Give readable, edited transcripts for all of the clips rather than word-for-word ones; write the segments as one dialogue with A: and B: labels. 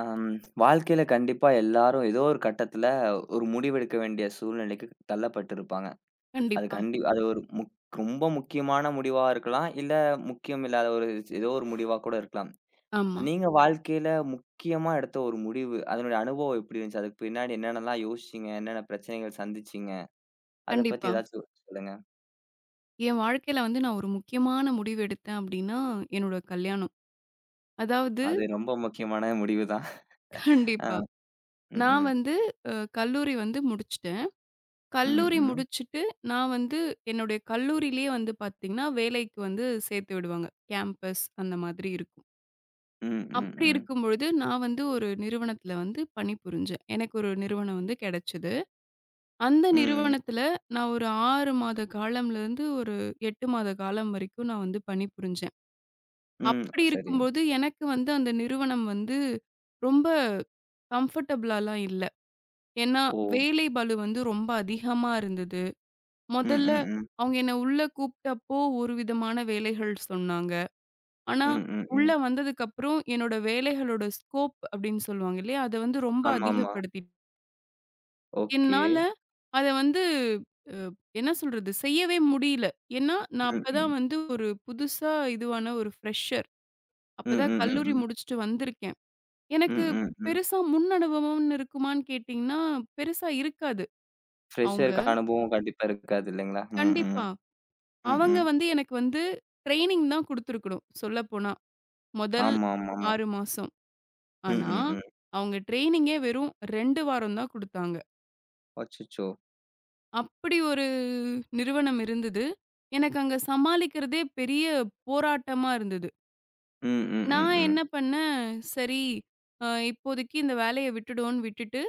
A: அம் வாழ்க்கையில கண்டிப்பா எல்லாரும் ஏதோ ஒரு கட்டத்துல ஒரு முடிவெடுக்க வேண்டிய சூழ்நிலைக்கு தள்ளப்பட்டிருப்பாங்க. அது
B: கண்டிப்பா.
A: அது ஒரு ரொம்ப முக்கியமான முடிவா இருக்கலாம். இல்ல முக்கியம் இல்லாத ஒரு ஏதோ ஒரு முடிவா கூட இருக்கலாம்.
B: ஆமா.
A: நீங்க வாழ்க்கையில முக்கியமா எடுத்த ஒரு முடிவு, அதனுடைய அனுபவம் எப்படி இருந்துச்சு? அதுக்கு பின்னாடி என்னென்னலாம் யோசிச்சீங்க? என்னென்ன பிரச்சனைகள் சந்திச்சீங்க? அத பத்தி
B: கண்டிப்பா.
A: ஏதாச்சும் சொல்லுங்க.
B: என் வாழ்க்கையில வந்து நான் ஒரு முக்கியமான முடிவு எடுத்தேன் அப்டின்னா, என்னோட கல்யாணம். அதாவது
A: அது ரொம்ப முக்கியமான முடிவு தான். ஆ.
B: கண்டிப்பா.
A: ம்.
B: நான்
A: ம்.
B: வந்து கல்லூரி வந்து முடிச்சுட்டேன்.
A: ம்.
B: கல்லூரி
A: ம்.
B: முடிச்சுட்டு நான் வந்து என்னுடைய கல்லூரியிலேயே வந்து பார்த்தீங்கன்னா, வேலைக்கு வந்து சேர்த்து விடுவாங்க. கேம்பஸ் அந்த மாதிரி இருக்கும்.
A: ம். ம்.
B: அப்படி
A: ம்.
B: இருக்கும்பொழுது நான் வந்து ஒரு நிறுவனத்தில வந்து பணிபுரிஞ்சேன். எனக்கு ஒரு நிறுவனம் வந்து கிடைச்சது. அந்த
A: ம்.
B: நிறுவனத்தில நான் ஒரு 6 மாத காலம்லேருந்து ஒரு 8 மாத காலம் வரைக்கும் நான் வந்து பணிபுரிஞ்சேன்.
A: ம்.
B: அப்படி
A: சரி.
B: இருக்கும்போது, எனக்கு வந்து அந்த நிறுவனம் வந்து ரொம்ப கம்ஃபர்டபுளாலாம் இல்ல. ஏன்னா,
A: ஓ!
B: வேலை பளு வந்து ரொம்ப அதிகமா இருந்தது.
A: ம்.
B: மொதல்ல
A: ம். ம்.
B: அவங்க என்ன உள்ள கூப்ட்டப்போ, ஒரு விதமான வேலைகள் சொன்னாங்க. ஆனா,
A: ம். ம்.
B: உள்ள
A: ம்.
B: வந்ததுக்கப்புறம் என்னோட வேலைகளோட ஸ்கோப் அப்படின்னு சொல்லுவாங்க இல்லையா? அத வந்து ரொம்ப
A: ஆமாமா.
B: அதிகப்படுத்தி
A: ஓகே.
B: என்னால அத வந்து என்ன சொல்றது? செய்யவே முடியல. ஏன்னா, நான்
A: ம்,
B: அப்பதான்
A: ம்.
B: வந்து ஒரு புதுசா இதுவான ஒரு ஃப்ரெஷர்.
A: ம்,
B: அப்பதான்
A: ம், ம்,
B: கல்லூரி
A: ம்.
B: முடிச்சுட்டு வந்திருக்கேன்.
A: ம்,
B: எனக்கு
A: ம், ம்.
B: பெருசா முன் அனுபவம்னு இருக்குமான்னு கேட்டீங்கன்னா, பெருசா இருக்காது. அவங்க
A: ஃப்ரெஷருக்கு அனுபவம் கண்டிப்பா இருக்காது இல்லைங்களா? ம், ம்.
B: கண்டிப்பா.
A: ம்,
B: அவங்க
A: ம்.
B: வந்து எனக்கு வந்து ட்ரெய்னிங் தான் குடுத்துருக்கணும் சொல்லப்போனா. முதல்
A: ஆமா, ஆமாமா.
B: 6 மாசம்.
A: ம்,
B: ஆனா,
A: ம், ம்.
B: அவங்க ட்ரெய்னிங்கே வெறும் 2 வாரம் தான் குடுத்தாங்க.
A: அச்சச்சோ!
B: அப்படி ஒரு நிறுவனம் இருந்தது. எனக்கு அங்க சமாளிக்கிறதே பெரிய போராட்டமா இருந்தது.
A: ம், ம், ம்,
B: நான் என்ன
A: ம்.
B: பண்ணேன், சரி இப்போதைக்கு இந்த வேலைய விட்டுடுவோன்னு விட்டுட்டு,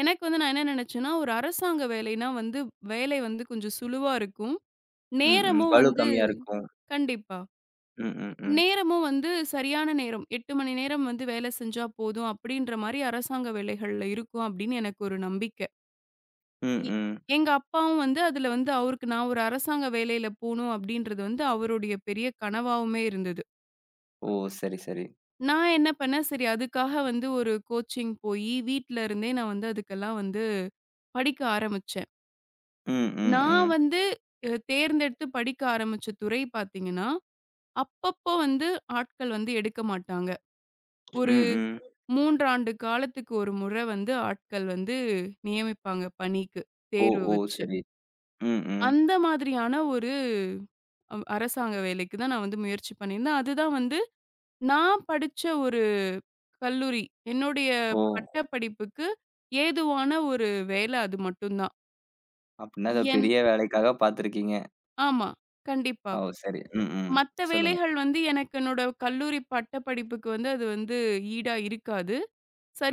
B: எனக்கு வந்து நான் என்ன நெனச்சேன்னா, ஒரு அரசாங்க வேலைன்னா வந்து வேலை வந்து கொஞ்சம் சுலுவா இருக்கும்.
A: ம், ம்.
B: நேரமும்
A: பளு
B: வந்து
A: கம்மியா இருக்கும்.
B: கண்டிப்பா.
A: ம், ம், ம்.
B: நேரமும் வந்து சரியான நேரம். 8 மணி நேரம் வந்து வேலை செஞ்சா போதும் அப்டின்ற மாரி அரசாங்க வேலைகள்ல இருக்கும் அப்டின்னு எனக்கு ஒரு நம்பிக்கை.
A: ம்,
B: இ
A: ம்.
B: எங்க அப்பாவும் வந்து அதுல வந்து அவருக்கு நான் ஒரு அரசாங்க வேலையில போணும் அப்டின்றது வந்து அவருடைய பெரிய கனவாவுமே இருந்தது.
A: ஓ! சரி, சரி.
B: நான் என்ன பண்ணேன், சரி அதுக்காக வந்து ஒரு கோச்சிங் போயி, வீட்ல இருந்தே நான் வந்து அதுக்கெல்லாம் வந்து படிக்க ஆரம்பிச்சேன்.
A: ம், ம்,
B: நான்
A: ம்.
B: வந்து தேர்ந்தெடுத்து படிக்க ஆரம்பிச்ச துறை பார்த்தீங்கன்னா, அப்பப்போ வந்து ஆட்கள் வந்து எடுக்க மாட்டாங்க. ஒரு
A: ம், ம்.
B: 3 ஆண்டு காலத்துக்கு ஒரு முறை வந்து ஆட்கள் வந்து நியமிப்பாங்க பணிக்கு,
A: ஓ!
B: தேர்வு
A: ஓ!
B: வச்சு.
A: சரி. ம், ம்.
B: அந்த மாதிரியான ஒரு அரசாங்க வேலைக்கு தான் நான் வந்து முயற்சி பண்ணியிருந்தேன். அதுதான் வந்து நான் படிச்ச ஒரு கல்லூரி. என்னுடைய
A: ஓ!
B: பட்டப்படிப்புக்கு ஏதுவான ஒரு வேலை அது மட்டும் தான்.
A: அப்டின்னா ஏதோ
B: என்
A: பெரிய வேலைக்காக பார்த்துருக்கீங்க.
B: ஆமா. கண்டிப்பா.
A: ஓ! சரி. ம், ம்.
B: மத்த
A: சொல்லுங்க.
B: வேலைகள் வந்து எனக்கு என்னோட கல்லூரி பட்டப்படிப்புக்கு வந்து அது வந்து ஈடா இருக்காது.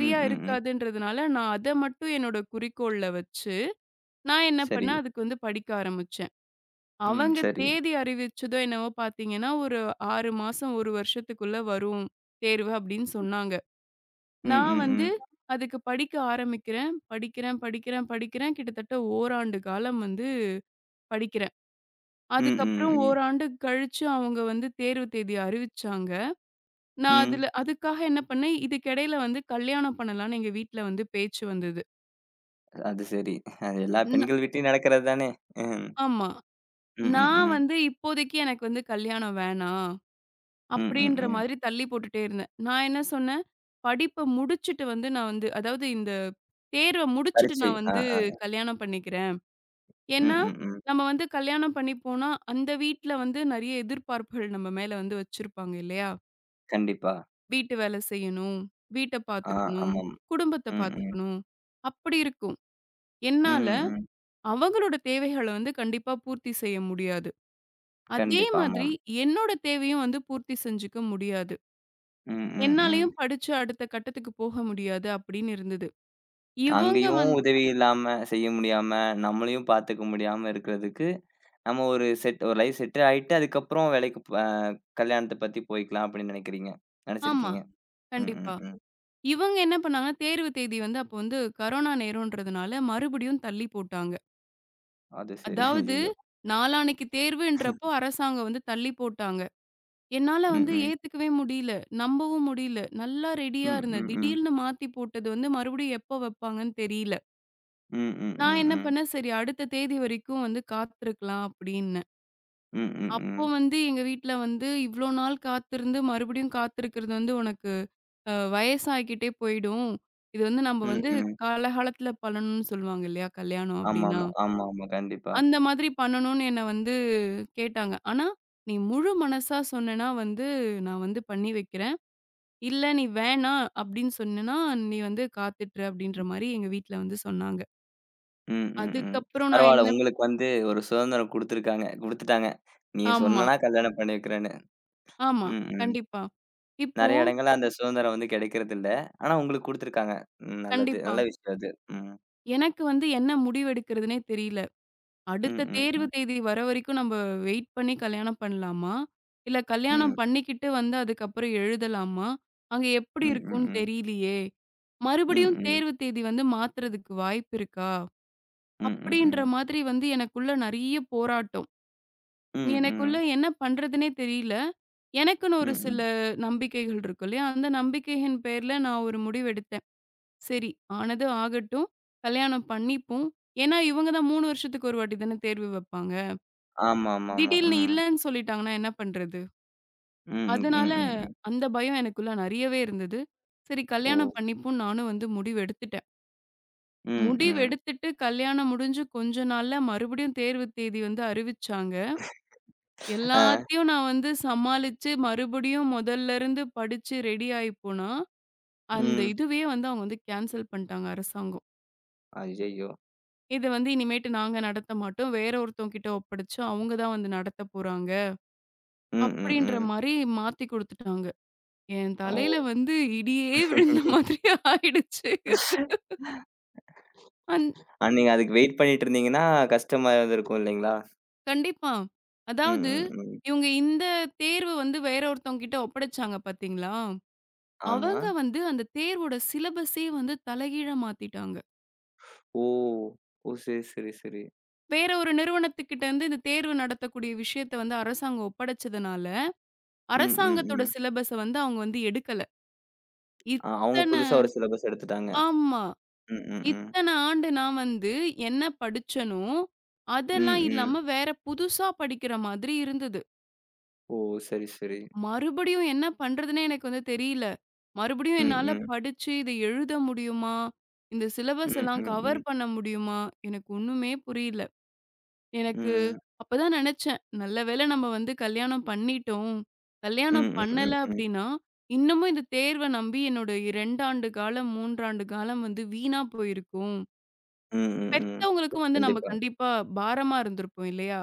A: ம், ம், ம்.
B: இருக்காதுன்றதுனால, நான் அத மட்டும் என்னோட குறிக்கோள்ல வச்சு, நான் என்ன
A: சரி.
B: பண்ணேன், அதுக்கு வந்து படிக்க ஆரம்பிச்சேன்.
A: ம்,
B: அவங்க
A: சரி.
B: தேதி அறிவிச்சதோ என்னவோ பார்த்தீங்கன்னா, ஒரு 6 மாசம், 1 வருஷத்துக்குள்ள வரும் தேர்வு அப்படின்னு சொன்னாங்க.
A: ம்,
B: நான்
A: ம்,
B: வந்து
A: ம்.
B: அதுக்கு படிக்க ஆரம்பிக்கிறேன். படிக்கிறேன், படிக்கிறேன், படிக்கிறேன். கிட்டத்தட்ட ஓராண்டு காலம் வந்து படிக்கிறேன்.
A: ம், ம்,
B: அதுக்கப்புறம்
A: ம்.
B: ஓராண்டு கழிச்சு அவங்க வந்து தேர்வு தேதி அறிவிச்சாங்க. நான்
A: ம்.
B: அதுல அதுக்காக என்ன பண்ணேன், இதுக்கிடையில வந்து கல்யாணம் பண்ணலான்னு எங்க வீட்ல வந்து பேச்சு வந்தது.
A: அது சரி. அது எல்லா
B: ந
A: பெண்கள் வீட்லயும் நடக்கிறது தானே! ம்.
B: ஆமா.
A: ம், ம்,
B: நான்
A: ம்.
B: வந்து இப்போதைக்கு எனக்கு வந்து கல்யாணம் வேணாம்,
A: ம், ம்,
B: அப்படின்ற
A: ம்.
B: மாதிரி தள்ளி போட்டுட்டே இருந்தேன். நான் என்ன சொன்னேன், படிப்ப முடிச்சுட்டு வந்து நான் வந்து அதாவது இந்த தேர்வ முடிச்சுட்டு
A: பரீட்சை.
B: நான்
A: ஆ,
B: வந்து
A: ஆ.
B: கல்யாணம் பண்ணிக்கிறேன்.
A: ம்,
B: ஏன்னா,
A: ம், ம்.
B: நம்ம வந்து கல்யாணம் பண்ணி போனா, அந்த வீட்ல வந்து நெறைய எதிர்பார்ப்புகள் நம்ம மேல வந்து வச்சிருப்பாங்க இல்லையா?
A: கண்டிப்பா.
B: வீட்டு வேல செய்யணும், வீட்ட
A: ஆ,
B: பாத்துக்கணும்,
A: ஆமாம்.
B: குடும்பத்த
A: ம், ம்.
B: பாத்துக்கணும், அப்படி இருக்கும். என்னால
A: ம், ம்.
B: அவங்களோட தேவைகள வந்து கண்டிப்பா பூர்த்தி செய்ய முடியாது. அதே
A: கண்டிப்பா.
B: மாதிரி
A: ஆமாம்.
B: என்னோட தேவையும் வந்து பூர்த்தி செஞ்சுக்க முடியாது.
A: ம், ம், ம்.
B: என்னாலயும் படிச்சு அடுத்த கட்டத்துக்கு போக முடியாது அப்படின்னு இருந்தது. இவங்க
A: அங்கேயும்
B: வந்
A: உதவி இல்லாம, செய்ய முடியாம, நம்மளையும் பார்த்துக்க முடியாம இருக்கிறதுக்கு, நம்ம ஒரு செட் ஒரு லைஃப் செட்டில் ஆயிட்டு, அதுக்கப்புறம் வேலைக்கு கல்யாணத்த பத்தி போய்க்கலாம் அப்படின்னு நினைக்கிறீங்க.
B: ஆமா,
A: நினைச்சிருக்கீங்க. ம்,
B: கண்டிப்பா.
A: ம், ம்.
B: இவங்க என்ன பண்ணாங்கன்னா, தேர்வு தேதி வந்து அப்போ வந்து கரோனா நேரம்ன்றதுனால மறுபடியும் தள்ளி போட்டாங்க.
A: அது சரி.
B: அதாவது
A: ஐயய்யோ!
B: நாளான்னைக்கு தேர்வுன்றப்போ அரசாங்கம் வந்து தள்ளி போட்டாங்க. என்னால
A: ம்,
B: வந்து
A: ம்.
B: ஏத்துக்கவே முடியல. நம்பவும் முடியல. நல்லா ரெடியா
A: ம்,
B: இருந்தேன்.
A: ம், ம்.
B: திடீர்னு மாத்தி போட்டது வந்து மறுபடியும் எப்போ வைப்பாங்கன்னு தெரியல.
A: ம், ம்,
B: நான்
A: ம்,
B: என்ன
A: ம்.
B: பண்ணேன், சரி அடுத்த தேதி வரைக்கும் வந்து காத்திருக்கலாம் அப்டின்னேன்.
A: ம், ம்,
B: அப்போ
A: ம்.
B: வந்து எங்க வீட்ல வந்து, "இவ்ளோ நாள் காத்திருந்து மறுபடியும் காத்திருக்கிறது வந்து உனக்கு வயசாகிக்கிட்டே போயிடும். இது வந்து நம்ம
A: ம்,
B: வந்து
A: ம்.
B: காலகாலத்துல பண்ணணும்னு சொல்லுவாங்க இல்லையா? கல்யாணம் அப்டின்னா.
A: ஆமாமா, ஆமாமா. கண்டிப்பா.
B: அந்த மாதிரி பண்ணணும்னு என்ன வந்து கேட்டாங்க. ஆனா, நீ முழு மனசா சொன்னேன்னா வந்து நான் வந்து பண்ணி வைக்கிறேன். இல்ல நீ வேணாம் அப்டின்னு சொன்னேன்னா, நீ வந்து காத்துட்டுரு" அப்டின்ற மாரி எங்க வீட்ல வந்து சொன்னாங்க.
A: ம், ம், ம்.
B: அதுக்கப்புறம் நான்
A: பரவால்ல.
B: என்ன
A: உங்களுக்கு வந்து ஒரு சுதந்திரம் குடுத்துருக்காங்க குடுத்துட்டாங்க. நீ
B: ஆமா,
A: சொன்னனா கல்யாணம் பண்ணி வைக்கிறேன்னு.
B: ஆமா.
A: ம், ம்.
B: கண்டிப்பா. இப்போ
A: நெறைய இடங்கள்ல அந்த சுதந்திரம் வந்து கிடைக்கிறதில்ல. ஆனா உங்களுக்கு குடுத்துருக்காங்க. ம். நல்லது.
B: கண்டிப்பா.
A: நல்ல விஷயம் அது. ம்.
B: எனக்கு வந்து என்ன முடிவெடுக்கிறதுனே தெரியல.
A: ம்,
B: அடுத்த
A: ம்,
B: தேர்வு
A: ம்.
B: தேதி வர வரைக்கும் நம்ம வெயிட் பண்ணி கல்யாணம் பண்ணலாமா? இல்ல கல்யாணம்
A: ம்.
B: பண்ணிக்கிட்டு வந்து அதுக்கப்புறம் எழுதலாமா? அங்க எப்படி
A: ம், ம்,
B: இருக்கும்னு
A: ம்.
B: தெரியலையே!
A: ம்,
B: மறுபடியும்
A: ம்.
B: தேர்வு தேதி வந்து மாத்துறதுக்கு வாய்ப்பு இருக்கா?
A: ம், ம்,
B: அப்படின்ற
A: ம்.
B: மாதிரி வந்து எனக்குள்ள நெறைய போராட்டம்.
A: ம்,
B: எனக்குள்ள
A: ம்.
B: என்ன பண்றதுன்னே தெரியல. எனக்குன்னு
A: ம்,
B: ஒரு சில
A: ம்.
B: நம்பிக்கைகள் இருக்கும் இல்லையா? அந்த நம்பிக்கையின் பேர்ல நான் ஒரு முடிவு எடுத்தேன். சரி ஆனது ஆகட்டும். கல்யாணம் பண்ணிப்போம். ஏன்னா இவங்க தான் 3 வருஷத்துக்கு ஒரு வாட்டி தானே தேர்வு வைப்பாங்க.
A: ஆமாமாமா.
B: திடீல்னு
A: ம்.
B: இல்லன்னு சொல்லிட்டாங்கன்னா என்ன பண்றது?
A: ம், ம், ம்,
B: அதனால
A: ம், ம்.
B: அந்த பயம் எனக்குள்ள நெறையவே இருந்தது. சரி
A: ஓ!
B: கல்யாணம் பண்ணிப்போம் நானும் வந்து முடிவு எடுத்துட்டேன்.
A: ம்,
B: முடிவு
A: ம்.
B: எடுத்துட்டு கல்யாணம் முடிஞ்சு கொஞ்ச நாள்ல மறுபடியும் தேர்வு தேதி வந்து அறிவிச்சாங்க.
A: ஆ.
B: எல்லாத்தையும் நான் வந்து சமாளிச்சு மறுபடியும் முதல்ல இருந்து படிச்சு ரெடி ஆயி போனா, அந்த
A: ம்.
B: இதுவே வந்து அவங்க வந்து கேன்சல் பண்ணிட்டாங்க அரசாங்கம்.
A: அய்யய்யோ!
B: "இத வந்து இனிமேட்டு நாங்க நடத்த மாட்டோம். வேற ஒருத்தவங்க கிட்ட ஒப்படைச்சு அவங்க தான் வந்து நடத்த போறாங்க."
A: ம், ம்,
B: அப்படின்ற
A: ம்.
B: மாரி மாத்தி குடுத்துட்டாங்க. என் தலையில
A: ஓ!
B: வந்து இடியே விழுந்த மாதிரி ஆயிடுச்சு. அந்
A: ஆ நீங்க அதுக்கு வெயிட் பண்ணிட்டு இருந்தீங்கன்னா, கஷ்டமா இருந்திருக்கும் இல்லைங்களா?
B: கண்டிப்பா.
A: ம்,
B: அதாவது
A: ம், ம்.
B: இவங்க இந்த தேர்வு வந்து வேற ஒருத்தவங்ககிட்ட ஒப்படைச்சாங்க பார்த்தீங்களா?
A: ஆமா.
B: அவங்க வந்து அந்த தேர்வோட சிலபஸே வந்து தலைகீழா மாத்திட்டாங்க.
A: ஓ! ஓ! சரி, சரி, சரி.
B: வேற ஒரு நிறுவனத்துக்கிட்ட இருந்து இந்த தேர்வு நடத்தக்கூடிய விஷயத்த வந்து அரசாங்கம் ஒப்படைச்சதுனால,
A: ம், ம்,
B: அரசாங்கத்தோட
A: ம்.
B: சிலபஸ வந்து அவங்க வந்து எடுக்கல.
A: அவங்க
B: இத்தன
A: புதுசா ஒரு சிலபஸ் எடுத்துட்டாங்க.
B: ஆமா.
A: ம், ம், ம்.
B: இத்தன ஆண்டு நான் வந்து என்ன படிச்சேனோ,
A: ம்,
B: அதெல்லாம்
A: ம்.
B: இல்லாம வேற புதுசா படிக்கிற மாதிரி இருந்தது.
A: ஓ! சரி, சரி.
B: மறுபடியும் என்ன பண்றதுன்னே எனக்கு வந்து தெரியல. மறுபடியும்
A: ம்,
B: என்னால
A: ம்.
B: படிச்சு இத எழுத முடியுமா? இந்த சிலபஸ்
A: ம்,
B: எல்லாம்
A: ம்.
B: கவர்
A: ம்.
B: பண்ண முடியுமா? எனக்கு ஒண்ணுமே புரியல. எனக்கு
A: ம்,
B: அப்பதான் நெனச்சேன், நல்ல வேளை நம்ம வந்து கல்யாணம் பண்ணிட்டோம்.
A: ம்,
B: கல்யாணம்
A: ம்.
B: பண்ணல
A: ம், ம்.
B: அப்டின்னா, இன்னமும் இந்த தேர்வ நம்பி என்னோட 2 ஆண்டு காலம், 3 ஆண்டு காலம் வந்து வீணா போயிருக்கும்.
A: ம், ம், ம்.
B: பெத்தவங்களுக்கும் வந்து நம்ம
A: கண்டிப்பா.
B: கண்டிப்பா பாரமா இருந்திருப்போம் இல்லையா?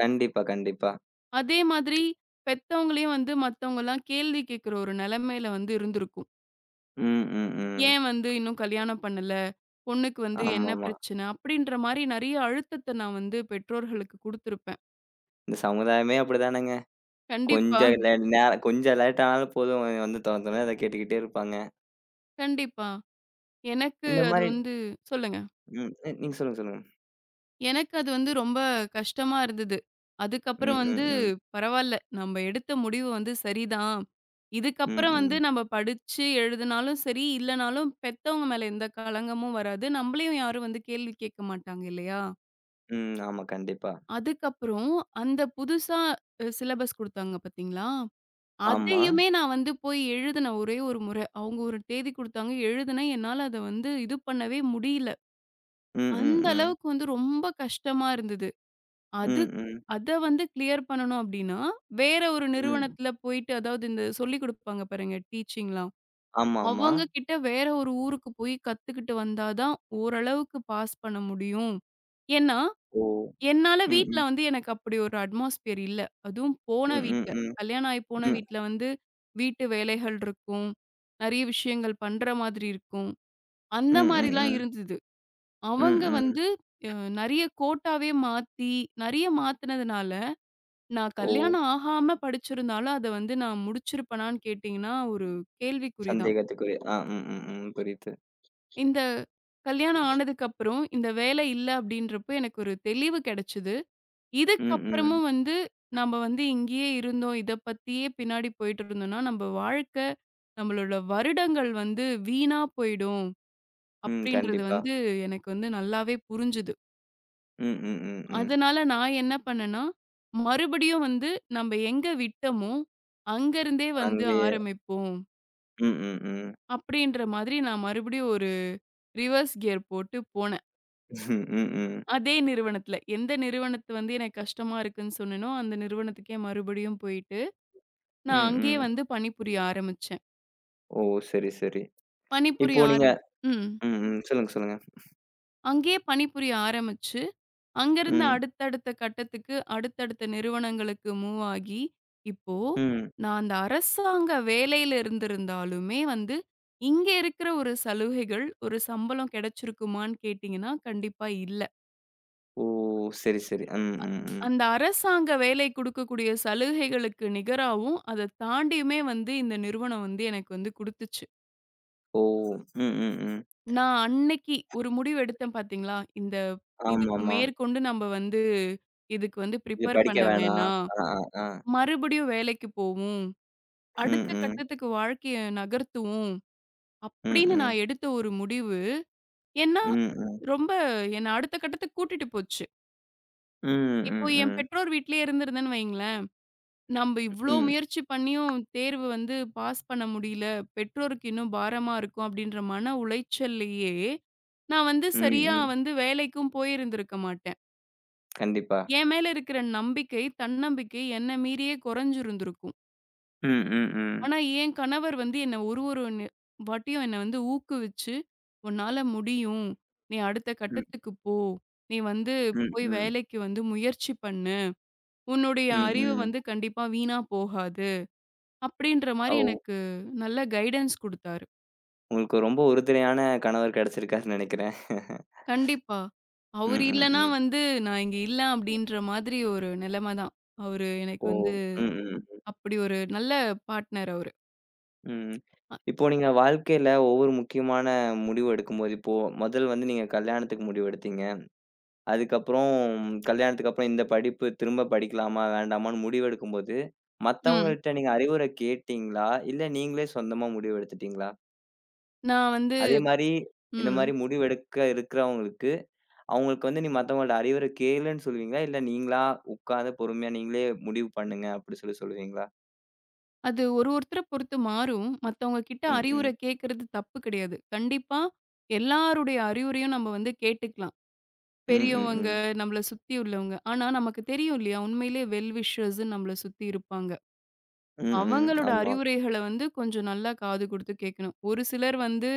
A: கண்டிப்பா, கண்டிப்பா.
B: அதே மாதிரி பெத்தவங்களையும் வந்து மத்தவங்கலாம் கேள்வி கேட்கிற ஒரு நிலைமையில வந்து இருந்திருக்கும்.
A: ம், ம், ம்.
B: ஏன் வந்து இன்னும் கல்யாணம் பண்ணல? பொண்ணுக்கு வந்து என்ன
A: ஆமாமா.
B: பிரச்சனை? அப்படின்ற மாரி நெறைய அழுத்தத்த நான் வந்து பெற்றோர்களுக்கு குடுத்திருப்பேன்.
A: இந்த சமுதாயமே அப்படிதானங்க.
B: கண்டிப்பா,
A: கொஞ்சம் லே நேர கொஞ்சம் லேட் ஆனாலும் போதும் வந்து தொன தொனன்னு அத கேட்டுக்கிட்டே இருப்பாங்க.
B: கண்டிப்பா. எனக்கு
A: இந்த
B: அது
A: மாரி
B: வந்து சொல்லுங்க.
A: ம். நீங்க சொல்லுங்க, சொல்லுங்க.
B: எனக்கு அது வந்து ரொம்ப கஷ்டமா இருந்தது.
A: ம்,
B: அதுக்கப்புறம் வந்து
A: ம், ம்.
B: பரவால்ல. நம்ம எடுத்த முடிவு வந்து சரிதான்.
A: ம்,
B: இதுக்கப்புறம் வந்து
A: ம்.
B: நம்ம படிச்சு எழுதுனாலும் சரி, இல்லனாலும் பெத்தவங்க மேல எந்த களங்கமும் வராது. நம்மளையும் யாரும் வந்து கேள்வி கேட்க மாட்டாங்க இல்லையா?
A: ம். ஆமா, கண்டிப்பா.
B: அதுக்கப்புறம் அந்த புதுசா சிலபஸ் குடுத்தாங்க பார்த்தீங்களா?
A: ஆமா.
B: அதையுமே நான் வந்து போய் எழுதினேன் ஒரே ஒரு முறை. அவங்க ஒரு தேதி குடுத்தாங்க. எழுதினேன். என்னால அத வந்து இது பண்ணவே முடியல.
A: ம், ம்,
B: அந்த
A: ம்.
B: அளவுக்கு வந்து ரொம்ப கஷ்டமா இருந்தது. அது
A: ம், ம்,
B: அத வந்து கிளியர் பண்ணணும் அப்டின்னா, வேற ஒரு
A: ம்.
B: நிறுவனத்துல போயிட்டு அதாவது இந்த சொல்லிக் குடுப்பாங்க பாருங்க டீச்சிங்லாம்.
A: ஆமா, ஆமா.
B: அவங்க கிட்ட வேற ஒரு ஊருக்கு போய் கத்துக்கிட்டு வந்தா தான் ஓரளவுக்கு பாஸ் பண்ண முடியும். ஏன்னா,
A: ஓ!
B: என்னால
A: ம்,
B: வீட்ல
A: ம்.
B: வந்து எனக்கு அப்படி ஒரு அட்மாஸ்பியர் இல்ல. அதுவும் போன
A: ம். ம்.
B: வீட்ல.
A: ம்.
B: கல்யாணம் ஆயி போன
A: ம்.
B: வீட்ல வந்து வீட்டு வேலைகள் இருக்கும். நெறைய விஷயங்கள் பண்ற மாதிரி இருக்கும். அந்த
A: ம், ம்,
B: மாரிலாம்
A: ம்.
B: இருந்தது.
A: ம்,
B: அவங்க
A: ம்.
B: வந்து நெறைய கோட்டாவே மாத்தி, நெறைய மாத்துனதுனால நான்
A: ஓ!
B: கல்யாணம் ஆகாம படிச்சிருந்தாலும், அத வந்து நான் முடிச்சிருப்பனான்னு கேட்டீங்கன்னா, ஒரு கேள்விக்குறி தான்.
A: சந்தேகத்துக்குரிய ஆ. ம், ம், ம். புரியுது.
B: இந்த கல்யாணம் ஆனதுக்கப்புறம், இந்த வேலை இல்ல அப்படின்றப்போ எனக்கு ஒரு தெளிவு கிடைச்சது.
A: ம், ம்.
B: இதுக்கப்புறமும் வந்து நம்ம வந்து இங்கேயே இருந்தோம், இத பத்தியே பின்னாடி போயிட்டு இருந்தோம்னா, நம்ம வாழ்க்கை, நம்மளோட வருடங்கள் வந்து வீணா போயிடும்
A: ம்.
B: அப்படின்றது
A: கண்டிப்பா.
B: வந்து எனக்கு வந்து நல்லாவே புரிஞ்சுது.
A: ம், ம், ம், ம்.
B: அதனால நான் என்ன பண்ணேன்னா, மறுபடியும் வந்து நம்ப எங்க விட்டோமோ, அங்கருந்தே வந்து
A: அங்கேயே
B: ஆரம்பிப்போம்.
A: ம், ம், ம்.
B: அப்படின்ற மாதிரி நான் மறுபடியும் ஒரு ரிவர்ஸ் கியர் போட்டு போனேன்.
A: ம், ம்.
B: அதே நிறுவனத்துல. எந்த நிறுவனத்து வந்து எனக்கு கஷ்டமா இருக்குன்னு சொன்னேனோ, அந்த நிறுவனத்துக்கே மறுபடியும் போயிட்டு, நான்
A: ம்,
B: அங்கேயே
A: ம்.
B: வந்து பணிபுரிய ஆரம்பிச்சேன்.
A: ஓ! சரி, சரி.
B: பணிபுரிய
A: இப்போ நீங்க
B: ஆரம் ம்.
A: ம், ம். சொல்லுங்க, சொல்லுங்க.
B: அங்கேயே பணிபுரிய ஆரம்பிச்சு அங்கருந்து
A: ம்,
B: அடுத்தடுத்த கட்டத்துக்கு, அடுத்தடுத்த நிறுவனங்களுக்கு மூவ் ஆகி, இப்போ
A: ம்.
B: நான் அந்த அரசாங்க வேலையில இருந்திருந்தாலுமே வந்து, இங்க இருக்கிற ஒரு சலுகைகள், ஒரு சம்பளம் கிடைச்சிருக்குமான்னு கேட்டீங்கன்னா, கண்டிப்பா இல்ல.
A: ஓ! சரி, சரி. ம், ம், ம்.
B: அந்த அரசாங்க வேலை குடுக்கக்கூடிய சலுகைகளுக்கு நிகராவும், அத தாண்டியுமே வந்து இந்த நிறுவனம் வந்து எனக்கு வந்து குடுத்துச்சு.
A: ஓ! ம், ம், ம்.
B: நான் அன்னைக்கு ஒரு முடிவு எடுத்தேன் பார்த்தீங்களா? இந்த இதுக்கு
A: ஆமாமா.
B: மேற்கொண்டு நம்ம வந்து இதுக்கு வந்து
A: இது
B: ப்ரிப்பேர்
A: படிக்க
B: பண்ண
A: வேணாம்.
B: வேணாம்.
A: ஆ, ஆ, ஆ.
B: மறுபடியும் வேலைக்கு போவோம்.
A: ம்,
B: அடுத்த
A: ம்,
B: கட்டத்துக்கு வாழ்க்கைய நகர்த்துவோம்.
A: ம்,
B: அப்படின்னு
A: ம்,
B: நான் எடுத்த ஒரு முடிவு, ஏன்னா
A: ம், ம்.
B: ரொம்ப என்ன அடுத்த கட்டத்துக்கு கூட்டிட்டு போச்சு.
A: ம்,
B: இப்போ
A: ம்,
B: என்
A: ம்.
B: பெற்றோர் வீட்லயே இருந்திருந்தேன்னு வைங்களேன், நம்ப இவ்ளோ
A: ம்,
B: முயற்சி பண்ணியும் தேர்வு வந்து பாஸ் பண்ண முடியல. பெற்றோருக்கு இன்னும் பாரமா இருக்கும் அப்படின்ற மன உளைச்சல்லயே, நான் வந்து
A: ம்,
B: சரியா
A: ம்.
B: வந்து வேலைக்கும் போயிருந்திருக்க மாட்டேன்.
A: கண்டிப்பா.
B: என் மேல இருக்கிற நம்பிக்கை, தன்னம்பிக்கை என்ன மீறியே குறைஞ்சிருந்திருக்கும்.
A: ம், ம், ம்.
B: ஆனா, என் கணவர் வந்து என்ன ஒரு ஒரு வாட்டியும் என்ன வந்து ஊக்குவிச்சு, "உன்னால முடியும். நீ அடுத்த
A: ம்,
B: கட்டத்துக்கு போ. நீ வந்து
A: ம்,
B: போய்
A: ம்.
B: வேலைக்கு வந்து முயற்சி பண்ணு. உன்னுடைய
A: ம்,
B: அறிவு
A: ம்.
B: வந்து கண்டிப்பா வீணா போகாது." அப்படின்ற மாரி
A: ஓ!
B: எனக்கு நல்ல கைடன்ஸ் குடுத்தாரு.
A: உங்களுக்கு ரொம்ப உறுதுணையான கணவர் கிடைச்சிருக்காருன்னு நெனைக்கிறேன்.
B: கண்டிப்பா.
A: ம்,
B: அவரு
A: ம்,
B: இல்லன்னா
A: ம்.
B: வந்து நான் இங்க இல்ல அப்படின்ற மாதிரி ஒரு நிலைமை தான். அவரு எனக்கு
A: ஓ!
B: வந்து
A: ம், ம்,
B: அப்படி ஒரு நல்ல பார்ட்னர் அவரு.
A: ம்.
B: அ
A: இப்போ நீங்க வாழ்க்கையில ஒவ்வொரு முக்கியமான முடிவு எடுக்கும்போது, இப்போ முதல் வந்து நீங்க கல்யாணத்துக்கு முடிவு எடுத்தீங்க. அதுக்கப்புறம் கல்யாணத்துக்கு அப்புறம் இந்த படிப்பு திரும்ப படிக்கலாமா? வேண்டாமான்னு முடிவெடுக்கும்போது,
B: ம்.
A: மத்தவங்கள்ட்ட நீங்க அறிவுரை கேட்டீங்களா? இல்ல நீங்களே சொந்தமா முடிவெடுத்துட்டீங்களா?
B: நான் வந்து
A: அதே மாரி இந்த
B: ம்.
A: மாரி முடிவெடுக்க இருக்கிறவங்களுக்கு, அவங்களுக்கு வந்து நீ மத்தவங்களோட அறிவுரை கேளுன்னு சொல்லுவீங்களா? இல்ல நீங்களா உட்கார்ந்து பொறுமையா நீங்களே முடிவு பண்ணுங்க அப்படி சொல்லி சொல்லுவீங்களா?
B: அது ஒரு ஒருத்தர பொறுத்து மாறும். மத்தவங்க கிட்ட
A: ம்,
B: அறிவுரை
A: ம்.
B: கேட்கறது தப்பு கிடையாது. கண்டிப்பா எல்லாருடைய அறிவுரையும் நம்ம வந்து கேட்டுக்கலாம்.
A: ம், ம்,
B: பெரியவங்க,
A: ம்.
B: நம்மள சுத்தி உள்ளவங்க. ஆனா நமக்கு தெரியும் இல்லையா? உண்மையிலே வெல் விஷர்ஸ்ன்னு நம்மள சுத்தி இருப்பாங்க.
A: ம், ம்.
B: அவங்களோட
A: ஆமா.
B: அறிவுரைகள வந்து கொஞ்சம் நல்லா காது குடுத்து கேட்கணும். ஒரு சிலர் வந்து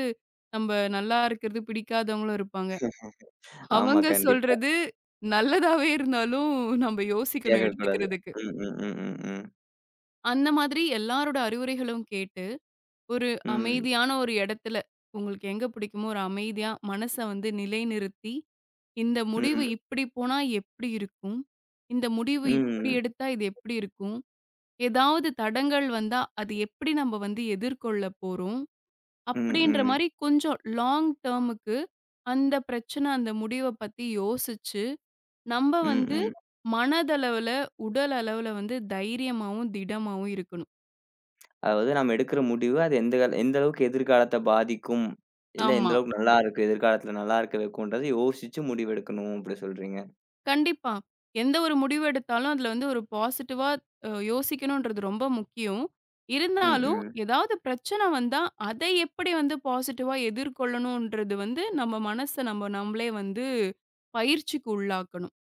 B: நம்ம நல்லா இருக்கிறது பிடிக்காதவங்களும் இருப்பாங்க.
A: ஆமா.
B: அவங்க
A: கண்டிப்பா.
B: சொல்றது நல்லதாவே இருந்தாலும் நம்ம யோசிக்கணும்
A: கேட்கக்கூடாது.
B: எடுத்துக்கிறதுக்கு.
A: ம், ம், ம், ம், ம்.
B: அந்த மாதிரி எல்லாரோட அறிவுரைகளும் கேட்டு ஒரு
A: ம்.
B: அமைதியான ஒரு இடத்துல, உங்களுக்கு எங்க பிடிக்குமோ ஒரு அமைதியா மனச வந்து நிலைநிறுத்தி, இந்த முடிவு
A: ம்.
B: இப்படி போனா எப்படி இருக்கும்? இந்த முடிவு இப்படி
A: ம்.
B: எடுத்தா இது எப்படி இருக்கும்? ஏதாவது தடங்கல் வந்தா, அது எப்படி நம்ம வந்து எதிர்கொள்ள போறோம்?
A: ம்,
B: அப்படின்ற
A: ம்.
B: மாரி கொஞ்சம் லாங் டேர்முக்கு அந்த பிரச்சனை, அந்த முடிவ பத்தி யோசிச்சு, நம்ம
A: ம்,
B: வந்து
A: ம்.
B: மனதளவுல, உடல் அளவுல வந்து தைரியமாவும், திடமாவும் இருக்கணும்.
A: அதாவது நம்ம எடுக்கிற முடிவு அது எந்த கால எந்த அளவுக்கு எதிர்காலத்த பாதிக்கும்? இல்ல
B: ஆமா.
A: எந்த அளவுக்கு நல்லா இருக்கு, எதிர்காலத்துல நல்லா இருக்க வைக்கும்ன்றத யோசிச்சு முடிவெடுக்கணும் அப்படி சொல்றீங்க.
B: கண்டிப்பா. எந்த ஒரு முடிவு எடுத்தாலும், அதுல வந்து ஒரு பாசிட்டிவா யோசிக்கணுன்றது ரொம்ப முக்கியம்.
A: ம்,
B: இருந்தாலும்,
A: ம்.
B: ஏதாவது பிரச்சனை வந்தா, அதை எப்படி வந்து பாசிட்டிவா எதிர்கொள்ளணுன்றது வந்து, நம்ம மனச நம்ம நம்மளே வந்து பயிற்சிக்கு உள்ளாக்கணும்.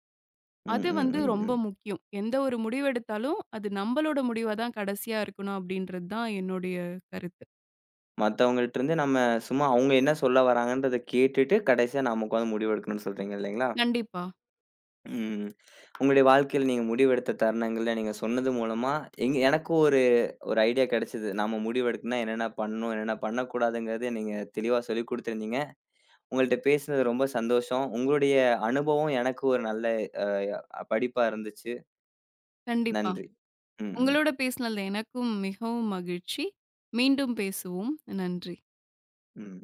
A: ம்,
B: அது
A: ம்,
B: வந்து
A: ம்,
B: ரொம்ப
A: ம்.
B: முக்கியம். எந்த ஒரு முடிவு எடுத்தாலும், அது நம்பளோட முடிவா தான் கடைசியா இருக்கணும் அப்படின்றது தான் என்னுடைய கருத்து.
A: மத்தவங்கள்ட்ட இருந்து நம்ம சும்மா அவங்க என்ன சொல்ல வராங்கன்றத கேட்டுட்டு, கடைசியா நாம உட்காந்து முடிவெடுக்கணும்னு சொல்றீங்க இல்லைங்களா?
B: கண்டிப்பா,
A: ம். உங்களுடைய வாழ்க்கையில நீங்க முடிவெடுத்த தருணங்கள்ல நீங்க சொன்னது மூலமா, எங்க எனக்கு ஒரு ஒரு ஐடியா கிடைச்சது. நாம முடிவெடுக்கணும்னா என்னென்ன பண்ணணும்? என்னென்ன பண்ணக்கூடாதுங்கிறத நீங்க தெளிவா சொல்லிக் குடுத்திருந்தீங்க. உங்கள்ட்ட பேசுனது ரொம்ப சந்தோஷம். உங்களுடைய அனுபவம் எனக்கு ஒரு நல்ல அ படிப்பா இருந்துச்சு.
B: கண்டிப்பா.
A: நன்றி. ம், ம்,
B: உங்களோட பேசினதுல எனக்கும் மிகவும் மகிழ்ச்சி. மீண்டும் பேசுவோம். நன்றி.
A: ம்.